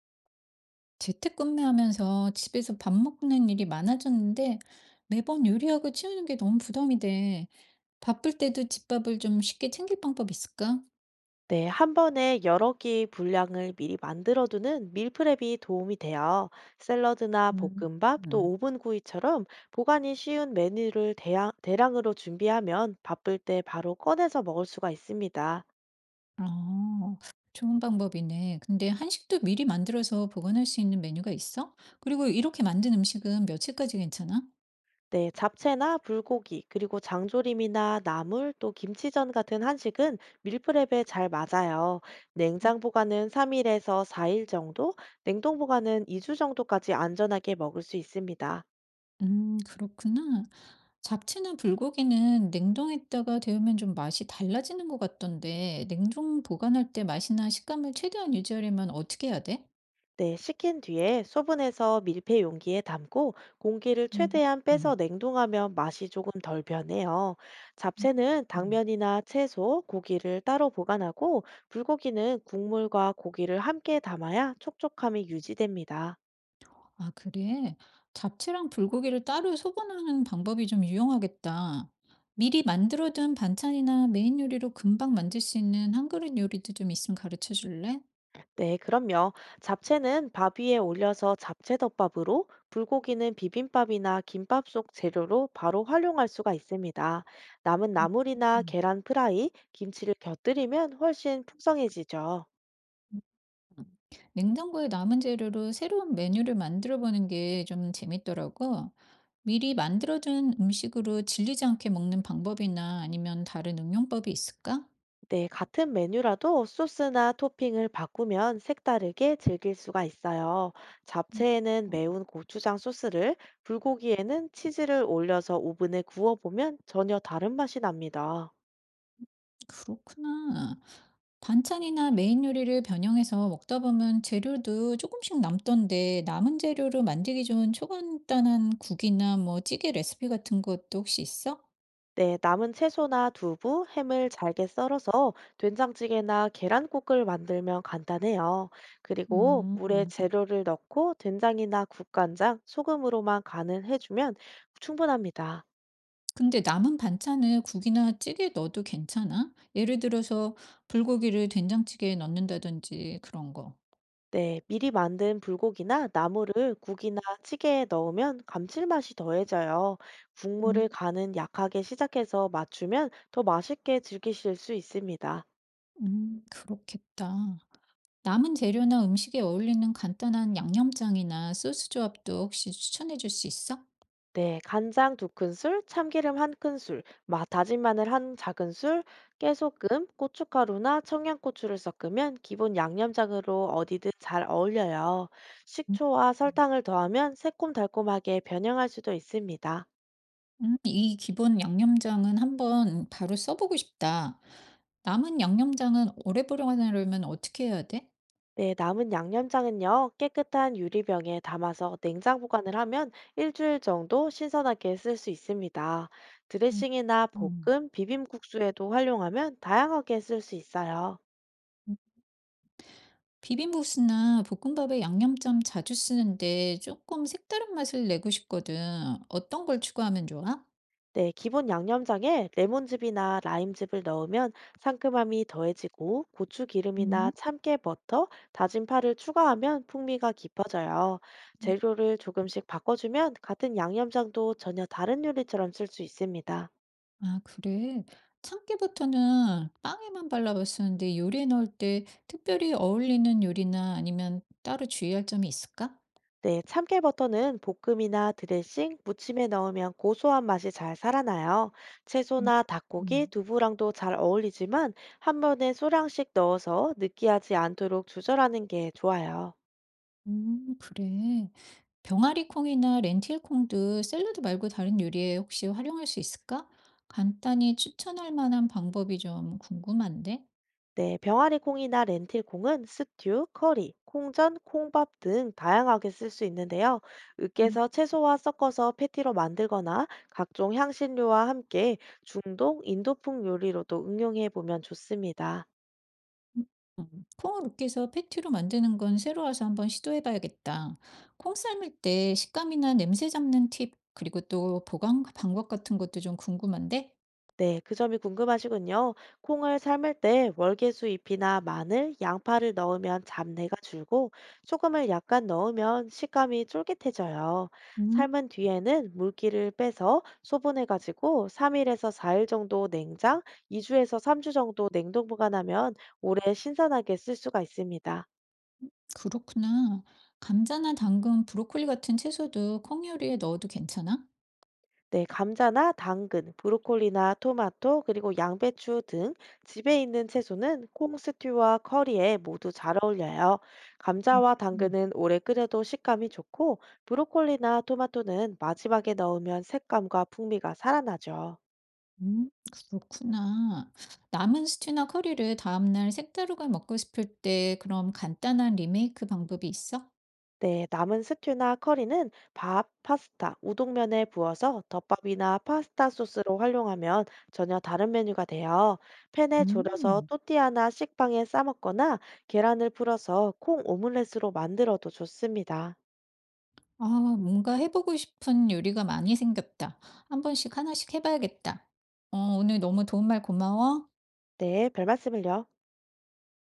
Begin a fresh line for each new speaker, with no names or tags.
재택근무하면서 집에서 밥 먹는 일이 많아졌는데 매번 요리하고 치우는 게 너무 부담이 돼. 바쁠 때도 집밥을 좀 쉽게 챙길 방법 있을까?
네, 한 번에 여러 개의 분량을 미리 만들어두는 밀프렙이 도움이 돼요. 샐러드나
음,
볶음밥, 또
음.
오븐 구이처럼 보관이 쉬운 메뉴를 대량으로 준비하면 바쁠 때 바로 꺼내서 먹을 수가 있습니다.
아, 좋은 방법이네. 근데 한식도 미리 만들어서 보관할 수 있는 메뉴가 있어? 그리고 이렇게 만든 음식은 며칠까지 괜찮아?
네, 잡채나 불고기, 그리고 장조림이나 나물, 또 김치전 같은 한식은 밀프렙에 잘 맞아요. 냉장 보관은 3일에서 4일 정도, 냉동 보관은 2주 정도까지 안전하게 먹을 수 있습니다.
그렇구나. 잡채나 불고기는 냉동했다가 데우면 좀 맛이 달라지는 것 같던데, 냉동 보관할 때 맛이나 식감을 최대한 유지하려면 어떻게 해야 돼?
네, 식힌 뒤에 소분해서 밀폐 용기에 담고 공기를
음.
최대한 빼서
음.
냉동하면 맛이 조금 덜 변해요.
음.
잡채는
음.
당면이나 채소, 고기를 따로 보관하고 불고기는 국물과 고기를 함께 담아야 촉촉함이 유지됩니다.
아, 그래? 잡채랑 불고기를 따로 소분하는 방법이 좀 유용하겠다. 미리 만들어둔 반찬이나 메인 요리로 금방 만들 수 있는 한 그릇 요리도 좀 있으면 가르쳐 줄래?
네, 그럼요. 잡채는 밥 위에 올려서 잡채덮밥으로, 불고기는 비빔밥이나 김밥 속 재료로 바로 활용할 수가 있습니다. 남은
음.
나물이나
음.
계란 프라이, 김치를 곁들이면 훨씬 풍성해지죠.
음. 냉장고에 남은 재료로 새로운 메뉴를 만들어 보는 게 좀 재밌더라고. 미리 만들어둔 음식으로 질리지 않게 먹는 방법이나 아니면 다른 응용법이 있을까?
네, 같은 메뉴라도 소스나 토핑을 바꾸면 색다르게 즐길 수가 있어요.
음,
잡채에는
음,
매운 고추장 소스를, 불고기에는 치즈를 올려서 오븐에 구워보면 전혀 다른 맛이 납니다.
그렇구나. 반찬이나 메인 요리를 변형해서 먹다 보면 재료도 조금씩 남던데 남은 재료로 만들기 좋은 초간단한 국이나 뭐 찌개 레시피 같은 것도 혹시 있어?
네, 남은 채소나 두부, 햄을 잘게 썰어서 된장찌개나 계란국을 만들면 간단해요. 그리고 물에
음.
재료를 넣고 된장이나 국간장, 소금으로만 간을 해주면 충분합니다.
근데 남은 반찬을 국이나 찌개에 넣어도 괜찮아? 예를 들어서 불고기를 된장찌개에 넣는다든지 그런 거.
네, 미리 만든 불고기나 나물을 국이나 찌개에 넣으면 감칠맛이 더해져요.
음,
국물을 간은 약하게 시작해서 맞추면 더 맛있게 즐기실 수 있습니다.
그렇겠다. 남은 재료나 음식에 어울리는 간단한 양념장이나 소스 조합도 혹시 추천해 줄 수 있어?
네, 간장 2 큰술, 참기름 1 큰술, 마 다진 마늘 1 작은술, 깨소금, 고춧가루나 청양고추를 섞으면 기본 양념장으로 어디든 잘 어울려요.
음,
식초와
음,
설탕을 더하면 새콤달콤하게 변형할 수도 있습니다.
이 기본 양념장은 한번 바로 써보고 싶다. 남은 양념장은 오래 보관하려면 어떻게 해야 돼?
네, 남은 양념장은요, 깨끗한 유리병에 담아서 냉장 보관을 하면 일주일 정도 신선하게 쓸 수 있습니다.
음,
드레싱이나
음.
볶음, 비빔국수에도 활용하면 다양하게 쓸 수 있어요.
음. 비빔국수나 볶음밥에 양념장 자주 쓰는데 조금 색다른 맛을 내고 싶거든. 어떤 걸 추가하면 좋아?
네, 기본 양념장에 레몬즙이나 라임즙을 넣으면 상큼함이 더해지고 고추 기름이나
음.
참깨 버터, 다진 파를 추가하면 풍미가 깊어져요. 재료를 조금씩 바꿔주면 같은 양념장도 전혀 다른 요리처럼 쓸 수 있습니다.
아, 그래. 참깨부터는 빵에만 발라서 쓰는데 요리에 넣을 때 특별히 어울리는 요리나 아니면 따로 주의할 점이 있을까?
네, 참깨 버터는 볶음이나 드레싱, 무침에 넣으면 고소한 맛이 잘 살아나요.
음,
채소나 닭고기,
음,
두부랑도 잘 어울리지만 한 번에 소량씩 넣어서 느끼하지 않도록 조절하는 게 좋아요.
그래. 병아리콩이나 렌틸콩도 샐러드 말고 다른 요리에 혹시 활용할 수 있을까? 간단히 추천할 만한 방법이 좀 궁금한데?
네, 병아리 콩이나 렌틸 콩은 스튜, 커리, 콩전, 콩밥 등 다양하게 쓸 수 있는데요.
음.
으깨서 채소와 섞어서 패티로 만들거나 각종 향신료와 함께 중동, 인도풍 요리로도 응용해 보면 좋습니다.
음, 콩을 으깨서 패티로 만드는 건 새로 와서 한번 시도해 봐야겠다. 콩 삶을 때 식감이나 냄새 잡는 팁, 그리고 또 보관 방법 같은 것도 좀 궁금한데?
네, 그 점이 궁금하시군요. 콩을 삶을 때 월계수 잎이나 마늘, 양파를 넣으면 잡내가 줄고 소금을 약간 넣으면 식감이 쫄깃해져요.
음,
삶은 뒤에는 물기를 빼서 소분해가지고 3일에서 4일 정도 냉장, 2주에서 3주 정도 냉동 보관하면 오래 신선하게 쓸 수가 있습니다.
그렇구나. 감자나 당근, 브로콜리 같은 채소도 콩 요리에 넣어도 괜찮아?
네, 감자나 당근, 브로콜리나 토마토, 그리고 양배추 등 집에 있는 채소는 콩 스튜와 커리에 모두 잘 어울려요.
음,
감자와
음,
당근은 오래 끓여도 식감이 좋고, 브로콜리나 토마토는 마지막에 넣으면 색감과 풍미가 살아나죠.
그렇구나. 남은 스튜나 커리를 다음날 색다르게 먹고 싶을 때 그럼 간단한 리메이크 방법이 있어?
네, 남은 스튜나 커리는 밥, 파스타, 우동면에 부어서 덮밥이나 파스타 소스로 활용하면 전혀 다른 메뉴가 돼요. 팬에 졸여서
음.
또띠아나 식빵에 싸먹거나 계란을 풀어서 콩 오믈렛으로 만들어도 좋습니다.
아, 뭔가 해보고 싶은 요리가 많이 생겼다. 한 번씩 하나씩 해봐야겠다. 어, 오늘 너무 도움말 고마워.
네, 별 말씀을요.